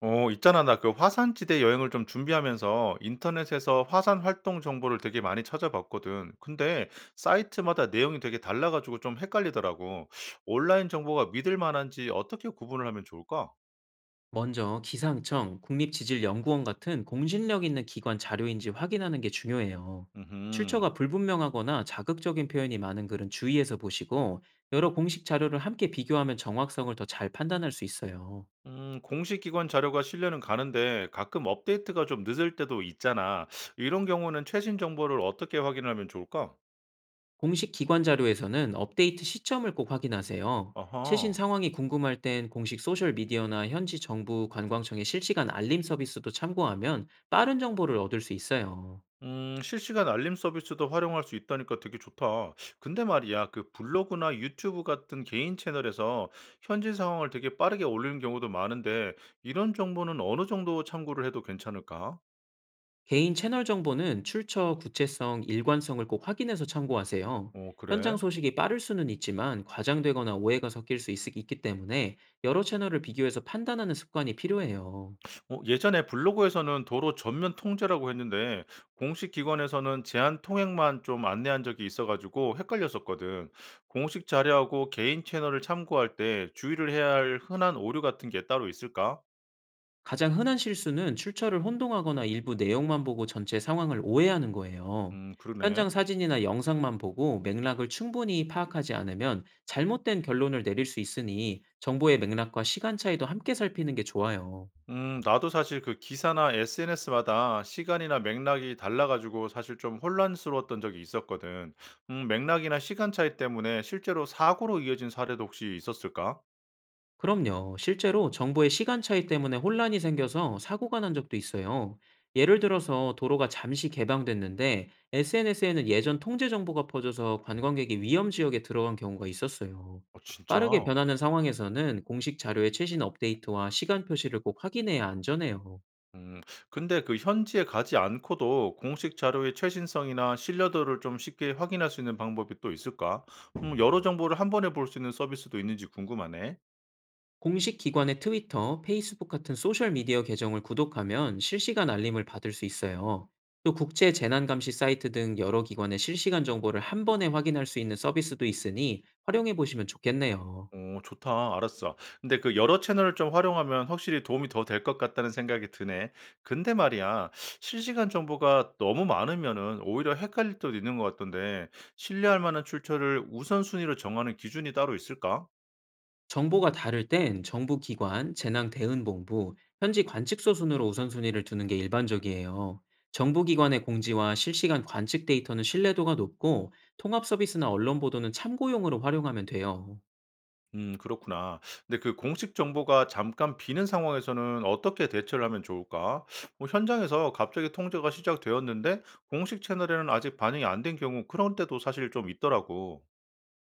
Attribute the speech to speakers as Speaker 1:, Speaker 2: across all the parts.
Speaker 1: 어, 있잖아. 나 그 화산지대 여행을 좀 준비하면서 인터넷에서 화산 활동 정보를 되게 많이 찾아봤거든. 근데 사이트마다 내용이 되게 달라가지고 좀 헷갈리더라고. 온라인 정보가 믿을 만한지 어떻게 구분을 하면 좋을까?
Speaker 2: 먼저 기상청, 국립지질연구원 같은 공신력 있는 기관 자료인지 확인하는 게 중요해요.
Speaker 1: 음,
Speaker 2: 출처가 불분명하거나 자극적인 표현이 많은 글은 주의해서 보시고, 여러 공식 자료를 함께 비교하면 정확성을 더 잘 판단할 수 있어요.
Speaker 1: 공식 기관 자료가 신뢰는 가는데 가끔 업데이트가 좀 늦을 때도 있잖아. 이런 경우는 최신 정보를 어떻게 확인하면 좋을까?
Speaker 2: 공식 기관 자료에서는 업데이트 시점을 꼭 확인하세요. 최신
Speaker 1: 어허.
Speaker 2: 상황이 궁금할 땐 공식 소셜미디어나 현지 정부 관광청의 실시간 알림 서비스도 참고하면 빠른 정보를 얻을 수 있어요.
Speaker 1: 실시간 알림 서비스도 활용할 수 있다니까 되게 좋다. 근데 말이야, 그 블로그나 유튜브 같은 개인 채널에서 현지 상황을 되게 빠르게 올리는 경우도 많은데, 이런 정보는 어느 정도 참고를 해도 괜찮을까?
Speaker 2: 개인 채널 정보는 출처, 구체성, 일관성을 꼭 확인해서 참고하세요.
Speaker 1: 어,
Speaker 2: 현장
Speaker 1: 그래.
Speaker 2: 소식이 빠를 수는 있지만, 과장되거나 오해가 섞일 수 있, 기 때문에 여러 채널을 비교해서 판단하는 습관이 필요해요.
Speaker 1: 어, 예전에 블로그에서는 도로 전면 통제라고 했는데, 공식 기관에서는 제한 통행만 좀 안내한 적이 있어가지고 헷갈렸었거든. 공식 자료하고 개인 채널을 참고할 때 주의를 해야 할 흔한 오류 같은 게 따로 있을까?
Speaker 2: 가장 흔한 실수는 출처를 혼동하거나 일부 내용만 보고 전체 상황을 오해하는 거예요. 현장
Speaker 1: 그러네.
Speaker 2: 사진이나 영상만 보고 맥락을 충분히 파악하지 않으면 잘못된 결론을 내릴 수 있으니, 정보의 맥락과 시간 차이도 함께 살피는 게 좋아요.
Speaker 1: 나도 사실 그 기사나 SNS마다 시간이나 맥락이 달라 가지고 사실 좀 혼란스러웠던 적이 있었거든. 맥락이나 시간 차이 때문에 실제로 사고로 이어진 사례도 혹시 있었을까?
Speaker 2: 그럼요. 실제로 정부의 시간 차이 때문에 혼란이 생겨서 사고가 난 적도 있어요. 예를 들어서 도로가 잠시 개방됐는데 SNS에는 예전 통제 정보가 퍼져서 관광객이 위험 지역에 들어간 경우가 있었어요.
Speaker 1: 어 진짜?
Speaker 2: 빠르게 변하는 상황에서는 공식 자료의 최신 업데이트와 시간 표시를 꼭 확인해야 안전해요.
Speaker 1: 음 근데 그 현지에 가지 않고도 공식 자료의 최신성이나 신뢰도를 좀 쉽게 확인할 수 있는 방법이 또 있을까? 여러 정보를 한 번에 볼 수 있는 서비스도 있는지 궁금하네.
Speaker 2: 공식 기관의 트위터, 페이스북 같은 소셜미디어 계정을 구독하면 실시간 알림을 받을 수 있어요. 또 국제 재난감시 사이트 등 여러 기관의 실시간 정보를 한 번에 확인할 수 있는 서비스도 있으니 활용해 보시면 좋겠네요.
Speaker 1: 오 좋다. 알았어. 근데 그 여러 채널을 좀 활용하면 확실히 도움이 더 될 것 같다는 생각이 드네. 근데 말이야. 실시간 정보가 너무 많으면은 오히려 헷갈릴 때도 있는 것 같던데 신뢰할 만한 출처를 우선순위로 정하는 기준이 따로 있을까?
Speaker 2: 정보가 다를 땐 정부 기관, 재난 대응 본부, 현지 관측소 순으로 우선순위를 두는 게 일반적이에요. 정부 기관의 공지와 실시간 관측 데이터는 신뢰도가 높고, 통합 서비스나 언론 보도는 참고용으로 활용하면 돼요.
Speaker 1: 그렇구나. 근데 그 공식 정보가 잠깐 비는 상황에서는 어떻게 대처를 하면 좋을까? 뭐 현장에서 갑자기 통제가 시작되었는데 공식 채널에는 아직 반영이 안 된 경우 그런 때도 사실 좀 있더라고.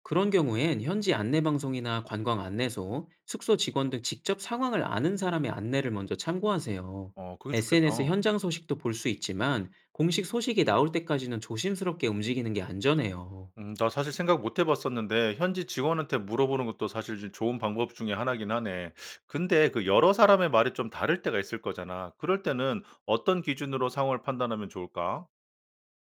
Speaker 2: 그런 경우엔 현지 안내방송이나 관광 안내소, 숙소 직원 등 직접 상황을 아는 사람의 안내를 먼저 참고하세요.
Speaker 1: 어 그게
Speaker 2: SNS
Speaker 1: 좋겠다.
Speaker 2: 현장 소식도 볼 수 있지만, 공식 소식이 나올 때까지는 조심스럽게 움직이는 게 안전해요.
Speaker 1: 나 사실 생각 못해 봤었는데 현지 직원한테 물어보는 것도 사실 좀 좋은 방법 중에 하나긴 하네. 근데 그 여러 사람의 말이 좀 다를 때가 있을 거잖아. 그럴 때는 어떤 기준으로 상황을 판단하면 좋을까?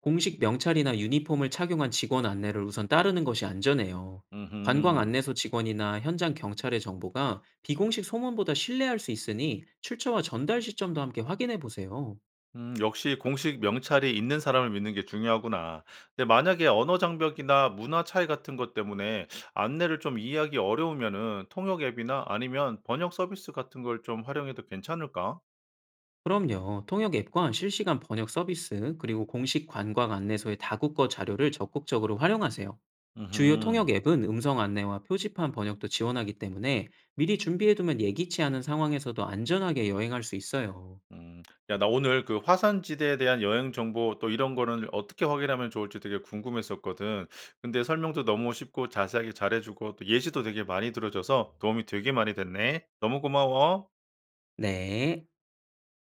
Speaker 2: 공식 명찰이나 유니폼을 착용한 직원 안내를 우선 따르는 것이 안전해요. 관광
Speaker 1: 음흠.
Speaker 2: 안내소 직원이나 현장 경찰의 정보가 비공식 소문보다 신뢰할 수 있으니, 출처와 전달 시점도 함께 확인해 보세요.
Speaker 1: 역시 공식 명찰이 있는 사람을 믿는 게 중요하구나. 근데 만약에 언어 장벽이나 문화 차이 같은 것 때문에 안내를 좀 이해하기 어려우면은 통역 앱이나 아니면 번역 서비스 같은 걸 좀 활용해도 괜찮을까?
Speaker 2: 그럼요. 통역 앱과 실시간 번역 서비스, 그리고 공식 관광 안내소의 다국어 자료를 적극적으로 활용하세요. 주요
Speaker 1: 음흠.
Speaker 2: 통역 앱은 음성 안내와 표지판 번역도 지원하기 때문에, 미리 준비해두면 예기치 않은 상황에서도 안전하게 여행할 수 있어요.
Speaker 1: 음. 야, 나 오늘 그 화산지대에 대한 여행 정보 또 이런 거는 어떻게 확인하면 좋을지 되게 궁금했었거든. 근데 설명도 너무 쉽고 자세하게 잘해주고 또 예시도 되게 많이 들어줘서 도움이 되게 많이 됐네. 너무 고마워.
Speaker 2: 네.